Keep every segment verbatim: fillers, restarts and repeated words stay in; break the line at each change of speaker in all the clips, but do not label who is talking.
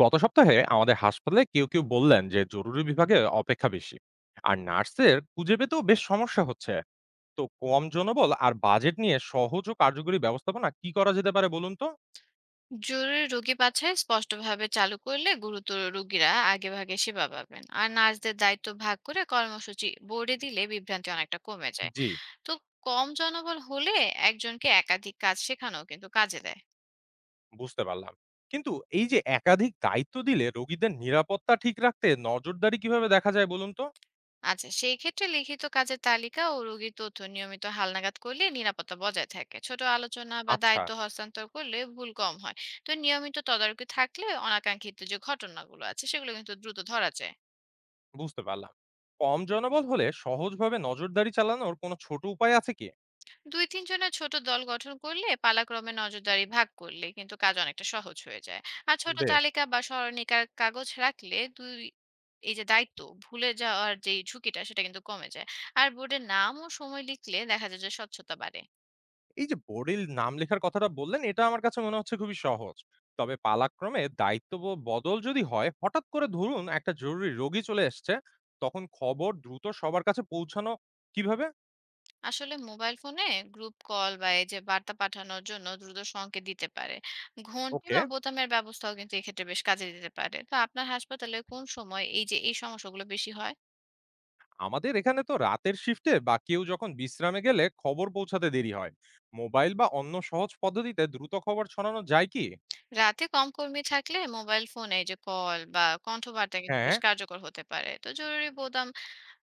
গত সপ্তাহে আমাদের হাসপাতালে কেউ কেউ বললেন যে জরুরি বিভাগে অপেক্ষা বেশি আর নার্সের খুঁজে পেতেও বেশ সমস্যা হচ্ছে। তো কম জনবল আর বাজেট নিয়ে সহজ ও কার্যকরী ব্যবস্থাপনা কি করা যেতে পারে বলুন তো?
জরুরি রোগী বাছাই স্পষ্টভাবে চালু করলে গুরুতর রোগীরা আগেভাগে সেবা পাবেন, আর নার্সদের দায়িত্ব ভাগ করে কর্মসূচি বোর্ডে দিলে বিভ্রান্তি অনেকটা কমে যায়।
জি,
তো কম জনবল হলে একজনকে একাধিক কাজ শেখানো কিন্তু কাজে দেয়।
বুঝতে পারলাম। কিন্তু এই যে একাধিক দায়িত্ব দিলে রোগীদের নিরাপত্তা ঠিক রাখতে নজরদারি কিভাবে দেখা যায় বলুন তো?
আচ্ছা, সেই ক্ষেত্রে লিখিত কাজের তালিকা ও রোগীর তথ্য নিয়মিত হালনাগাদ করলে নিরাপত্তা বজায় থাকে। ছোট আলোচনা বা
আচ্ছা,
দায়িত্ব হস্তান্তর করলে ভুল কম হয়। তো নিয়মিত তদারকি থাকলে অনাকাঙ্ক্ষিত যে ঘটনাগুলো আছে সেগুলো কিন্তু দ্রুত ধরা যায়।
বুঝতে পারলাম। কম জনবল হলে সহজভাবে নজরদারি চালানোর কোনো ছোট উপায় আছে কি?
দুই তিন জনের ছোট দল গঠন করলে, পালাক্রমে নজরদারি ভাগ করলে কিন্তু কাজ অনেকটা সহজ হয়ে যায়। আর ছোট
বেশ।
তালিকা বা স্মরণিকার কাগজ রাখলে দুই এই যে দায়িত্ব ভুলে যাওয়ার যে ঝুঁকিটা সেটা কিন্তু কমে যায়। আর বোর্ডের নাম ও সময় লিখলে দেখা যায় যে স্বচ্ছতা বাড়ে।
এই যে বোর্ডে নাম লেখার কথাটা বললেন, এটা আমার কাছে মনে হচ্ছে খুবই সহজ। তবে পালাক্রমে দায়িত্ব ব বদল যদি হয়, হঠাৎ করে ধরুন একটা জরুরি রোগী চলে এসছে, তখন খবর দ্রুত সবার কাছে পৌঁছানো কিভাবে?
আসলে মোবাইল ফোনে গ্রুপ কল বা এই যে বার্তা পাঠানোর জন্য দ্রুত সংকেত দিতে পারে। ঘন্টি
ওকে,
বা বোতামের ব্যবস্থাও কিন্তু এক্ষেত্রে বেশ কাজে দিতে পারে। তো আপনার হাসপাতালে কোন সময় এই যে এই সমস্যাগুলো বেশি হয়?
আমাদের এখানে তো রাতের শিফটে বা কেউ যখন বিশ্রামে গেলে খবর পৌঁছাতে দেরি হয়। মোবাইল বা অন্য সহজ পদ্ধতিতে দ্রুত খবর ছড়ানো যায় কি?
রাতে কম কর্মী থাকলে মোবাইল ফোনে এই যে কল বা কণ্ঠবার্তা কিন্তু
হ্যাঁ।
বেশ কার্যকর হতে পারে। তো জরুরি বোতাম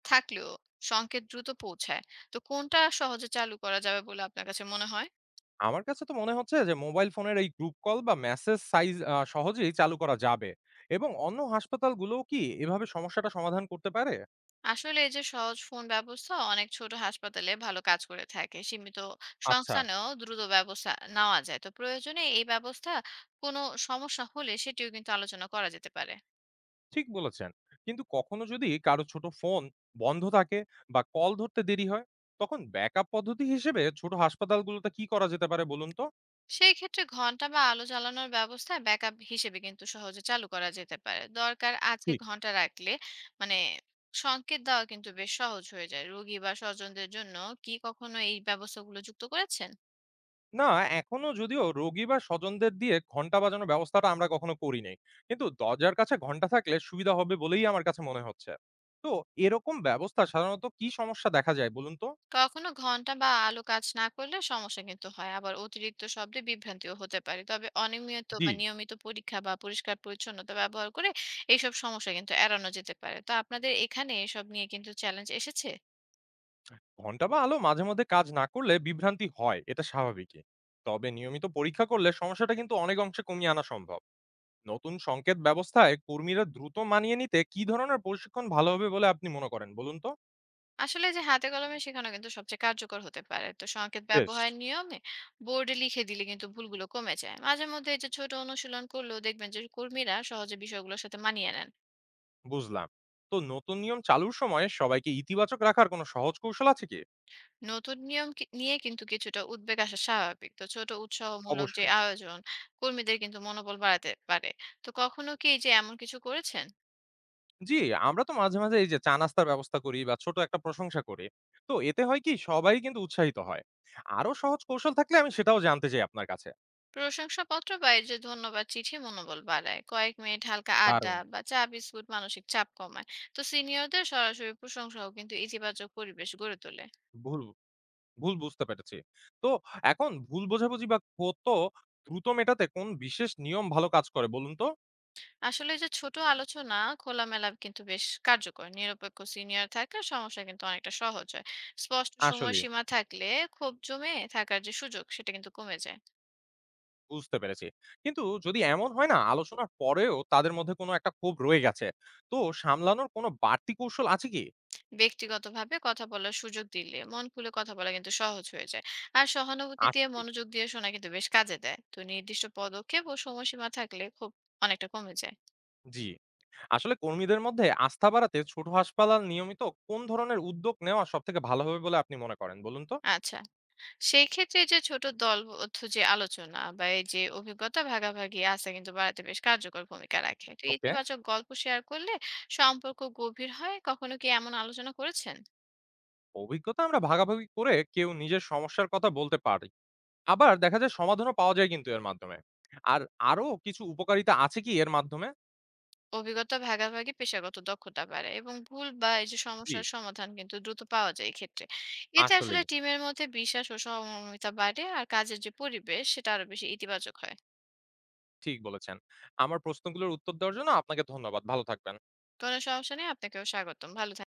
থাকলেও সংকেত দ্রুত পৌঁছায়। তো কোনটা সহজে চালু করা যাবে বলে আপনার কাছে মনে হয়?
আমার কাছে তো মনে হচ্ছে যে মোবাইল ফোনের এই গ্রুপ কল বা মেসেজ সাইজ আ সহজেই চালু করা যাবে এবং অন্য হাসপাতালগুলোও কি এভাবে সমস্যাটা সমাধান করতে পারে?
আসলে এই যে সহজ ফোন ব্যবস্থা অনেক ছোট হাসপাতালে ভালো কাজ করে থাকে। সীমিত
আচ্ছা,
সংস্থানেও দ্রুত ব্যবস্থা নেওয়া যায়। তো প্রয়োজনে এই ব্যবস্থা কোনো সমস্যা হলে সেটিও কিন্তু আলোচনা করা যেতে পারে।
ঠিক বলেছেন। কিন্তু কখনো যদি কারো ছোট ফোন বন্ধ থাকে বা কল ধরতে দেরি হয়, তখন ব্যাকআপ পদ্ধতি হিসেবে ছোট হাসপাতালগুলোতে কি করা যেতে পারে বলুন তো?
সেই ক্ষেত্রে ঘন্টা বা আলো জ্বালানোর ব্যবস্থা ব্যাকআপ হিসেবে কিন্তু সহজে চালু করা যেতে পারে। দরকার আছে ঘন্টা রাখলে মানে সংকেত দেওয়া কিন্তু বেশ সহজ হয়ে যায়। রোগী বা স্বজনদের জন্য কি কখনো এই ব্যবস্থাগুলো যুক্ত করেছেন?
না, এখনো যদিও রোগী বা স্বজনদের দিয়ে ঘন্টা বাজানোর ব্যবস্থাটা আমরা কখনো করি নাই। কিন্তু দরজার কাছে ঘন্টা থাকলে সুবিধা হবে বলেই আমার কাছে মনে হচ্ছে। তো এরকম ব্যবস্থা সাধারণত কি সমস্যা দেখা যায় বলুন তো?
কখনো ঘন্টা বা আলো কাজ না করলে সমস্যা কিন্তু হয়, আবার অতিরিক্ত শব্দে বিভ্রান্তিও হতে পারে। তবে অনিয়মিত
জি,
বা নিয়মিত পরীক্ষা বা পরিষ্কার পরিচ্ছন্নতা ব্যবহার করে এইসব সমস্যা কিন্তু এড়ানো যেতে পারে। তো আপনাদের এখানে এসব নিয়ে কিন্তু চ্যালেঞ্জ এসেছে?
ঘন্টা বা আলো মাঝে মধ্যে কাজ না করলে বিভ্রান্তি হয়, এটা স্বাভাবিকই। তবে নিয়মিত পরীক্ষা করলে সমস্যাটা কিন্তু অনেক অংশে কমিয়ে আনা সম্ভব। নতুন সংকেত ব্যবস্থায় কর্মীরা দ্রুত মানিয়ে নিতে কি ধরনের প্রশিক্ষণ ভালো হবে বলে আপনি মনে করেন বলুন তো?
আসলে যে হাতে কলমে শেখানো কিন্তু সবচেয়ে কার্যকর হতে পারে। তো সংকেত
বেশ,
ব্যবহার নিয়মে বোর্ডে লিখে দিলে কিন্তু ভুলগুলো কমে যায়। মাঝে মধ্যে এই যে ছোট অনুশীলন করলেও দেখবেন যে কর্মীরা সহজে বিষয়গুলোর সাথে মানিয়ে নেন।
বুঝলাম। তো নতুন নিয়ম চালুর সময় সবাইকে ইতিবাচক রাখার কোনো সহজ কৌশল আছে কি?
নতুন নিয়ম কি- নিয়ে কিন্তু কিছুটা উদ্বেগ আসা স্বাভাবিক। তো ছোট উৎসাহমূলক যে
অবশ্যই।
আয়োজন কর্মীদের কিন্তু মনোবল বাড়াতে পারে। তো কখনো কি এই যে এমন কিছু করেছেন?
জি, আমরা তো মাঝে, মাঝে এই যে চা নাস্তার ব্যবস্থা করি বা ছোট একটা প্রশংসা করি। তো এতে হয় কি সবাই কিন্তু উৎসাহিত হয়। আরো সহজ কৌশল থাকলে আমি সেটাও জানতে চাই আপনার কাছে।
প্রশংসাপত্র বা এই যে ধন্যবাদ চিঠি মনোবল বাড়ায়। কয়েক মিনিট হালকা আড্ডা
দারুণ।
বা চা বিস্কুট মানসিক চাপ কমায়। তো সিনিয়রদের সরাসরি প্রশংসাও কিন্তু ইতিবাচক পরিবেশ গড়ে তোলে।
ভুল, ভুল বুঝতে পেরেছি। তো এখন ভুল বোঝাবুঝি বা কত দ্রুত মেটাতে কোন বিশেষ নিয়ম ভালো কাজ করে বলুন তো?
আসলে এই যে ছোট আলোচনা খোলামেলা কিন্তু বেশ কার্যকর। নিরপেক্ষ সিনিয়র থাকা সমস্যা কিন্তু অনেকটা সহজ হয়। স্পষ্ট
আসলেই,
সময়সীমা থাকলে ক্ষোভ জমে থাকার যে সুযোগ সেটা কিন্তু কমে যায়।
বুঝতে পেরেছি। কিন্তু যদি এমন হয় না আলোচনার পরেও তাদের মধ্যে কোনো একটা ক্ষোভ রয়ে গেছে, তো সামলানোর কোনো বাড়তি কৌশল আছে কি?
ব্যক্তিগতভাবে কথা বলার সুযোগ দিলে মন খুলে কথা বলা কিন্তু সহজ হয়ে যায়। আর সহানুভূতি দিয়ে
আছে।
মনোযোগ দিয়ে শোনা কিন্তু বেশ কাজে দেয়। তো নির্দিষ্ট পদক্ষেপ ও সময়সীমা থাকলে খুব অনেকটা কমে যায়।
জি, আসলে কর্মীদের মধ্যে আস্থা বাড়াতে ছোট হাসপাতাল নিয়মিত কোন ধরনের উদ্যোগ নেওয়া সবথেকে ভালো হবে বলে আপনি মনে করেন বলুন তো?
আচ্ছা, সেই ক্ষেত্রে এই যে ছোট দলবদ্ধ যে আলোচনা বা এই যে অভিজ্ঞতা ভাগাভাগি আস্থা কিন্তু বাড়াতে বেশ কার্যকর ভূমিকা রাখে। তো
ওকে।
ইতিবাচক গল্প শেয়ার করলে সম্পর্ক গভীর হয়। কখনো কি এমন আলোচনা করেছেন?
অভিজ্ঞতা আমরা ভাগাভাগি করে কেউ নিজের সমস্যার কথা বলতে পারি। আবার দেখা যায় সমাধানও পাওয়া যায় কিন্তু এর মাধ্যমে। আর আরো কিছু উপকারিতা আছে কি এর মাধ্যমে?
অভিজ্ঞতা ভাগাভাগি পেশাগত দক্ষতা বাড়ে, এবং ভুল বা এই যে
জি,
সমস্যার সমাধান কিন্তু দ্রুত পাওয়া যায় এক্ষেত্রে। এতে আসলে
আসলেই,
টিমের মধ্যে বিশ্বাস ও সহমর্মিতা বাড়ে, আর কাজের যে পরিবেশ সেটা আরো বেশি ইতিবাচক হয়।
ঠিক বলেছেন। আমার প্রশ্নগুলোর উত্তর দেওয়ার জন্য আপনাকে ধন্যবাদ। ভালো থাকবেন।
কোনো সমস্যা নেই, আপনাকেও স্বাগতম। ভালো থাকবেন।